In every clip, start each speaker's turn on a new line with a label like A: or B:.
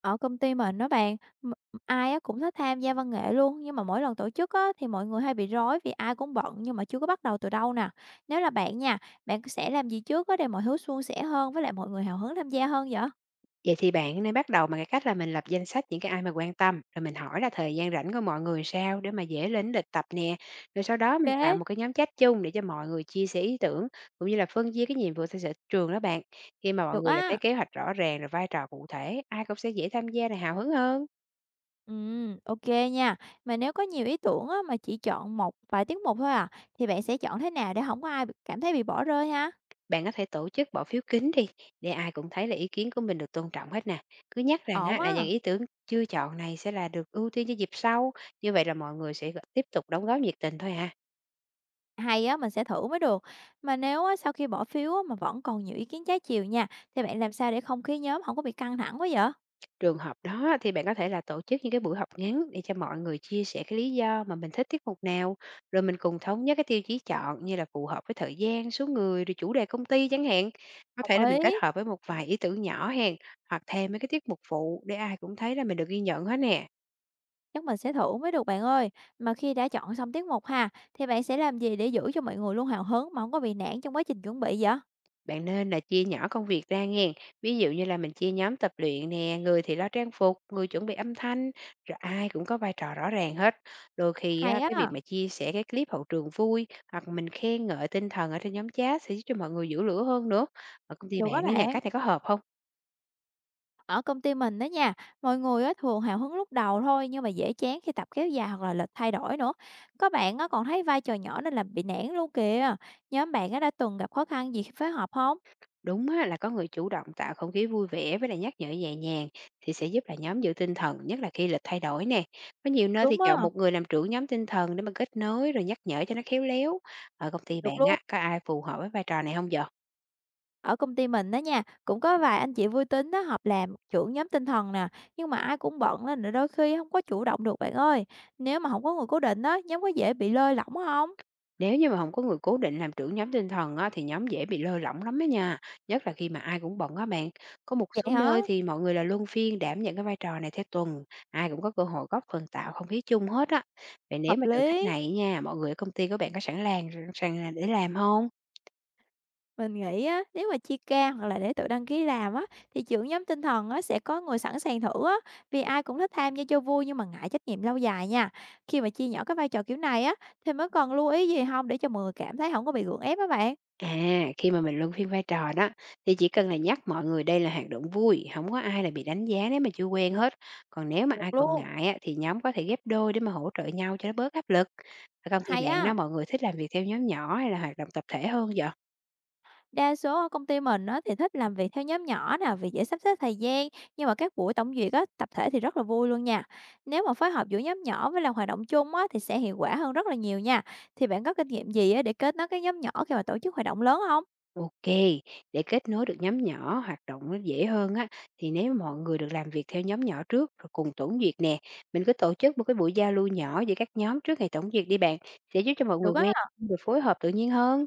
A: Ở công ty mình đó bạn, m ai á cũng thích tham gia văn nghệ luôn, nhưng mà mỗi lần tổ chức á thì mọi người hay bị rối vì ai cũng bận nhưng mà chưa có bắt đầu từ đâu nè. Nếu là bạn nha, bạn sẽ làm gì trước á để mọi thứ suôn sẻ hơn với lại mọi người hào hứng tham gia hơn vậy?
B: Vậy thì bạn nên bắt đầu bằng cái cách là mình lập danh sách những cái ai mà quan tâm, rồi mình hỏi là thời gian rảnh của mọi người sao để mà dễ lên lịch tập nè. Rồi sau đó mình tạo
A: OK,
B: một cái nhóm chat chung để cho mọi người chia sẻ ý tưởng cũng như là phân chia cái nhiệm vụ theo sở trường đó bạn. Khi mà mọi
A: được
B: người là thấy
A: á.
B: kế hoạch rõ ràng rồi vai trò cụ thể, ai cũng sẽ dễ tham gia này hào hứng hơn.
A: OK nha. Mà nếu có nhiều ý tưởng á mà chỉ chọn một vài tiết mục thôi à, thì bạn sẽ chọn thế nào để không có ai b cảm thấy bị bỏ rơi ha?
B: Bạn có thể tổ chức bỏ phiếu kín đi để ai cũng thấy là ý kiến của mình được tôn trọng hết nè. Cứ nhắc rằng
A: Ổn
B: á,
A: á.
B: là dàn ý tưởng chưa chọn này sẽ là được ưu tiên cho dịp sau. Như vậy là mọi người sẽ tiếp tục đóng góp nhiệt tình thôi à.
A: Hay á, mình sẽ thử mới được. Mà nếu á, sau khi bỏ phiếu á, mà vẫn còn nhiều ý kiến trái chiều nha, thì bạn làm sao để không khí nhóm không có bị căng thẳng quá vậy?
B: Trường hợp đó thì bạn có thể là tổ chức những cái buổi học ngắn để cho mọi người chia sẻ cái lý do mà mình thích tiết mục nào, rồi mình cùng thống nhất cái tiêu chí chọn như là phù hợp với thời gian, số người, rồi chủ đề công ty chẳng hạn. Có thể
A: Đồng
B: là mình kết
A: ý,
B: hợp với một vài ý tưởng nhỏ hèn hoặc thêm mấy cái tiết mục phụ để ai cũng thấy là mình được ghi nhận hết nè.
A: chắc mình sẽ thử mới được bạn ơi. Mà khi đã chọn xong tiết mục ha, thì bạn sẽ làm gì để giữ cho mọi người luôn hào hứng mà không có bị nản trong quá trình chuẩn bị vậy?
B: Bạn nên là chia nhỏ công việc ra nghen. Ví dụ như là mình chia nhóm tập luyện nè, người thì lo trang phục, người chuẩn bị âm thanh, rồi ai cũng có vai trò rõ ràng hết. Đôi khi á,
A: Hay á,
B: cái việc mà chia sẻ cái clip hậu trường vui hoặc mình khen ngợi tinh thần ở trên nhóm chat sẽ giúp cho mọi người giữ lửa hơn nữa. Ở công ty
A: được á
B: bạn đó nhà,
A: bạn.
B: cách này có hợp không?
A: Ở công ty mình đó nha, mọi người á, thường hào hứng lúc đầu thôi nhưng mà dễ chán khi tập kéo dài hoặc là lịch thay đổi nữa. Các bạn á, còn thấy vai trò nhỏ nên là bị nản luôn kìa. Nhóm bạn á, đã từng gặp khó khăn gì khi phối hợp không?
B: Đúng á, là có người chủ động tạo không khí vui vẻ với lại nhắc nhở nhẹ nhàng thì sẽ giúp là nhóm giữ tinh thần, nhất là khi lịch thay đổi nè. Có nhiều nơi thì
A: Đúng á,
B: chọn một người làm trưởng nhóm tinh thần để mà kết nối rồi nhắc nhở cho nó khéo léo. Ở công ty bạn
A: được luôn.
B: á, có ai phù hợp với vai trò này không vậy?
A: Ở công ty mình đó nha, cũng có vài anh chị vui tính đó họp làm trưởng nhóm tinh thần nè, nhưng mà ai cũng bận nên là đôi khi không có chủ động được bạn ơi. Nếu mà không có người cố định đó, nhóm có dễ bị lơi lỏng không?
B: Nếu như mà không có người cố định làm trưởng nhóm tinh thần á, thì nhóm dễ bị lơi lỏng lắm á nha, nhất là khi mà ai cũng bận á bạn. Có một số
A: Vậy hả?
B: nơi thì mọi người là luân phiên đảm nhận cái vai trò này theo tuần, ai cũng có cơ hội góp phần tạo không khí chung hết á. Vậy nếu
A: Hợp
B: mà thử cách
A: lý.
B: này nha, mọi người ở công ty của bạn có sẵn làng sẵn sàng để làm không?
A: Mình nghĩ á, nếu mà chia ca hoặc là để tự đăng ký làm á, thì trưởng nhóm tinh thần á, sẽ có người sẵn sàng thử á, vì ai cũng thích tham gia cho vui nhưng mà ngại trách nhiệm lâu dài nha. Khi mà chia nhỏ cái vai trò kiểu này á, thì mới cần lưu ý gì không để cho mọi người cảm thấy không có bị gượng ép á bạn.
B: À, Khi mà mình luân phiên vai trò đó thì chỉ cần là nhắc mọi người đây là hoạt động vui, không có ai là bị đánh giá nếu mà chưa quen hết. Còn nếu mà ai
A: Được
B: còn
A: luôn.
B: ngại á, thì nhóm có thể ghép đôi để mà hỗ trợ nhau cho nó bớt áp lực. Ở công ty
A: Hay
B: bạn
A: á.
B: đó, mọi người thích làm việc theo nhóm nhỏ hay là hoạt động tập thể hơn vậy?
A: Đa số công ty mình á, thì thích làm việc theo nhóm nhỏ nè, vì dễ sắp xếp thời gian, nhưng mà các buổi tổng duyệt á, tập thể thì rất là vui luôn nha. Nếu mà phối hợp giữa nhóm nhỏ với làm hoạt động chung á, thì sẽ hiệu quả hơn rất là nhiều nha. Thì bạn có kinh nghiệm gì á, để kết nối các nhóm nhỏ khi mà tổ chức hoạt động lớn không?
B: Ok, để kết nối được nhóm nhỏ, hoạt động nó dễ hơn á thì nếu mà mọi người được làm việc theo nhóm nhỏ trước rồi cùng tổng duyệt nè, mình cứ tổ chức một cái buổi giao lưu nhỏ giữa các nhóm trước ngày tổng duyệt đi bạn, sẽ giúp cho mọi
A: Được
B: người
A: á,
B: quen rồi phối hợp tự nhiên hơn.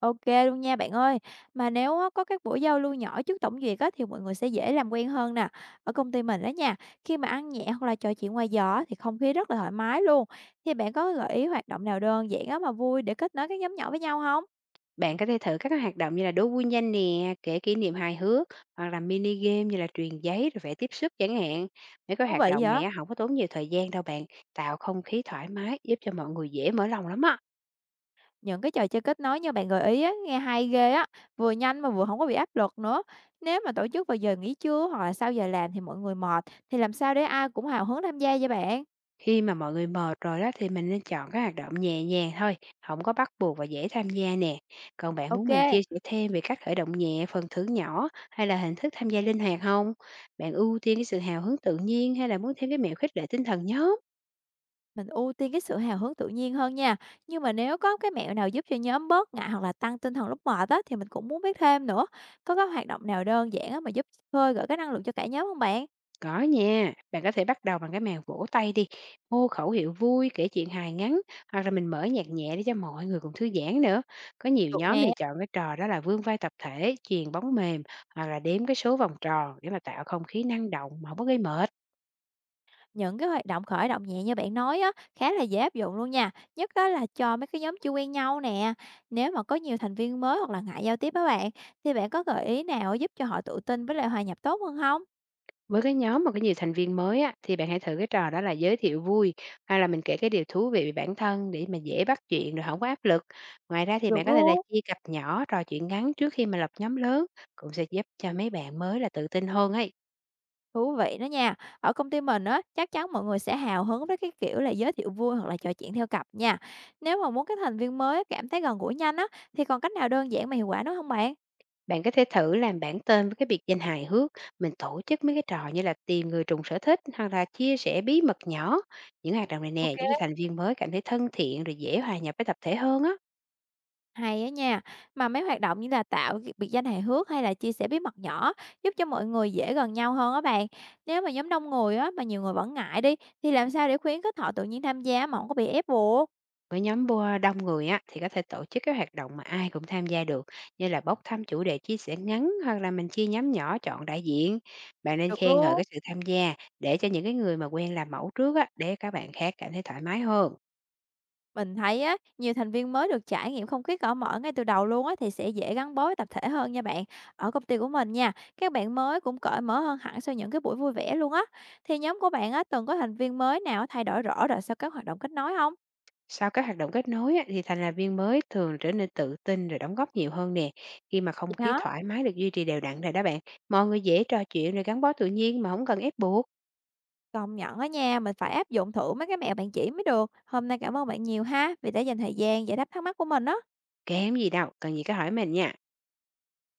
A: ok luôn nha bạn ơi. Mà nếu á, có các buổi giao lưu nhỏ trước tổng duyệt á, thì mọi người sẽ dễ làm quen hơn nè. Ở công ty mình đó nha, khi mà ăn nhẹ hoặc là trò chuyện ngoài giờ á, thì không khí rất là thoải mái luôn. Thì bạn có gợi ý hoạt động nào đơn giản á, mà vui để kết nối các nhóm nhỏ với nhau không?
B: Bạn có thể thử các cái hoạt động như là đố vui nhanh nè, kể kỷ niệm hài hước hoặc là mini game như là truyền giấy rồi vẽ tiếp sức chẳng hạn. Mấy cái
A: Thú
B: hoạt
A: vị
B: động này
A: vậy!
B: á, không có tốn nhiều thời gian đâu bạn, tạo không khí thoải mái giúp cho mọi người dễ mở lòng lắm á.
A: Những cái trò chơi kết nối như bạn gợi ý á, nghe hay ghê á, vừa nhanh mà vừa không có bị áp lực nữa. Nếu mà tổ chức vào giờ nghỉ trưa hoặc là sau giờ làm thì mọi người mệt, thì làm sao để ai cũng hào hứng tham gia vậy bạn?
B: Khi mà mọi người mệt rồi đó thì mình nên chọn các hoạt động nhẹ nhàng thôi, không có bắt buộc và dễ tham gia nè. Còn bạn muốn
A: Ok,
B: mình chia sẻ thêm về cách khởi động nhẹ, phần thưởng nhỏ hay là hình thức tham gia linh hoạt không? Bạn ưu tiên cái sự hào hứng tự nhiên hay là muốn thêm cái mẹo khích lệ tinh thần nhóm?
A: mình ưu tiên cái sự hào hứng tự nhiên hơn nha, nhưng mà nếu có cái mẹo nào giúp cho nhóm bớt ngại hoặc là tăng tinh thần lúc mệt á, thì mình cũng muốn biết thêm nữa. Có cái hoạt động nào đơn giản á mà giúp khơi gợi cái năng lượng cho cả nhóm không bạn?
B: Có nha, bạn có thể bắt đầu bằng cái màn vỗ tay đi, hô khẩu hiệu vui, kể chuyện hài ngắn hoặc là mình mở nhạc nhẹ để cho mọi người cùng thư giãn nữa. Có nhiều
A: Được
B: nhóm
A: nè.
B: thì chọn cái trò đó là vươn vai tập thể, chuyền bóng mềm hoặc là đếm cái số vòng tròn để mà tạo không khí năng động mà không có gây mệt.
A: Những cái hoạt động khởi động nhẹ như bạn nói á, khá là dễ áp dụng luôn nha, nhất đó là cho mấy cái nhóm chưa quen nhau nè. Nếu mà có nhiều thành viên mới hoặc là ngại giao tiếp á bạn, thì bạn có gợi ý nào giúp cho họ tự tin với lại hòa nhập tốt hơn không?
B: Với cái nhóm mà có nhiều thành viên mới á, thì bạn hãy thử cái trò đó là giới thiệu vui hay là mình kể cái điều thú vị về bản thân để mà dễ bắt chuyện rồi không có áp lực. Ngoài ra thì bạn
A: Được
B: có thể là
A: luôn.
B: chia cặp nhỏ trò chuyện ngắn trước khi mà lập nhóm lớn cũng sẽ giúp cho mấy bạn mới là tự tin hơn ấy.
A: Thú vị đó nha. Ở công ty mình á, chắc chắn mọi người sẽ hào hứng với cái kiểu là giới thiệu vui hoặc là trò chuyện theo cặp nha. Nếu mà muốn các thành viên mới cảm thấy gần gũi nhanh á, thì còn cách nào đơn giản mà hiệu quả nữa không bạn?
B: Bạn có thể thử làm bản tên với cái biệt danh hài hước, mình tổ chức mấy cái trò như là tìm người trùng sở thích hoặc là chia sẻ bí mật nhỏ. Những hoạt động này nè giúp cho
A: Ok,
B: thành viên mới cảm thấy thân thiện rồi dễ hòa nhập với tập thể hơn á.
A: hay á nha. Mà mấy hoạt động như là tạo cái biệt danh hài hước hay là chia sẻ bí mật nhỏ giúp cho mọi người dễ gần nhau hơn á bạn. Nếu mà nhóm đông người á mà nhiều người vẫn ngại đi thì làm sao để khuyến khích họ tự nhiên tham gia mà không có bị ép buộc?
B: Với nhóm bua đông người á, thì có thể tổ chức các hoạt động mà ai cũng tham gia được, như là bốc thăm chủ đề chia sẻ ngắn hoặc là mình chia nhóm nhỏ chọn đại diện. Bạn nên
A: Được
B: khen ngợi
A: luôn.
B: cái sự tham gia để cho những cái người mà quen làm mẫu trước á, để các bạn khác cảm thấy thoải mái hơn.
A: Mình thấy á, nhiều thành viên mới được trải nghiệm không khí cởi mở ngay từ đầu luôn á thì sẽ dễ gắn bó với tập thể hơn nha bạn. Ở công ty của mình nha, các bạn mới cũng cởi mở hơn hẳn sau những cái buổi vui vẻ luôn á. Thì nhóm của bạn á từng có thành viên mới nào thay đổi rõ rồi sau các hoạt động kết nối không?
B: Sau các hoạt động kết nối á, thì thành lập viên mới thường trở nên tự tin rồi đóng góp nhiều hơn nè. Khi mà
A: Vậy
B: không khí
A: hả?
B: thoải mái được duy trì đều đặn rồi đó bạn, mọi người dễ trò chuyện rồi gắn bó tự nhiên mà không cần ép buộc.
A: Công nhận á nha, mình phải áp dụng thử mấy cái mẹo bạn chỉ mới được. Hôm nay cảm ơn bạn nhiều ha, vì đã dành thời gian giải đáp thắc mắc của mình á.
B: Kém gì đâu, cần gì cứ hỏi mình nha.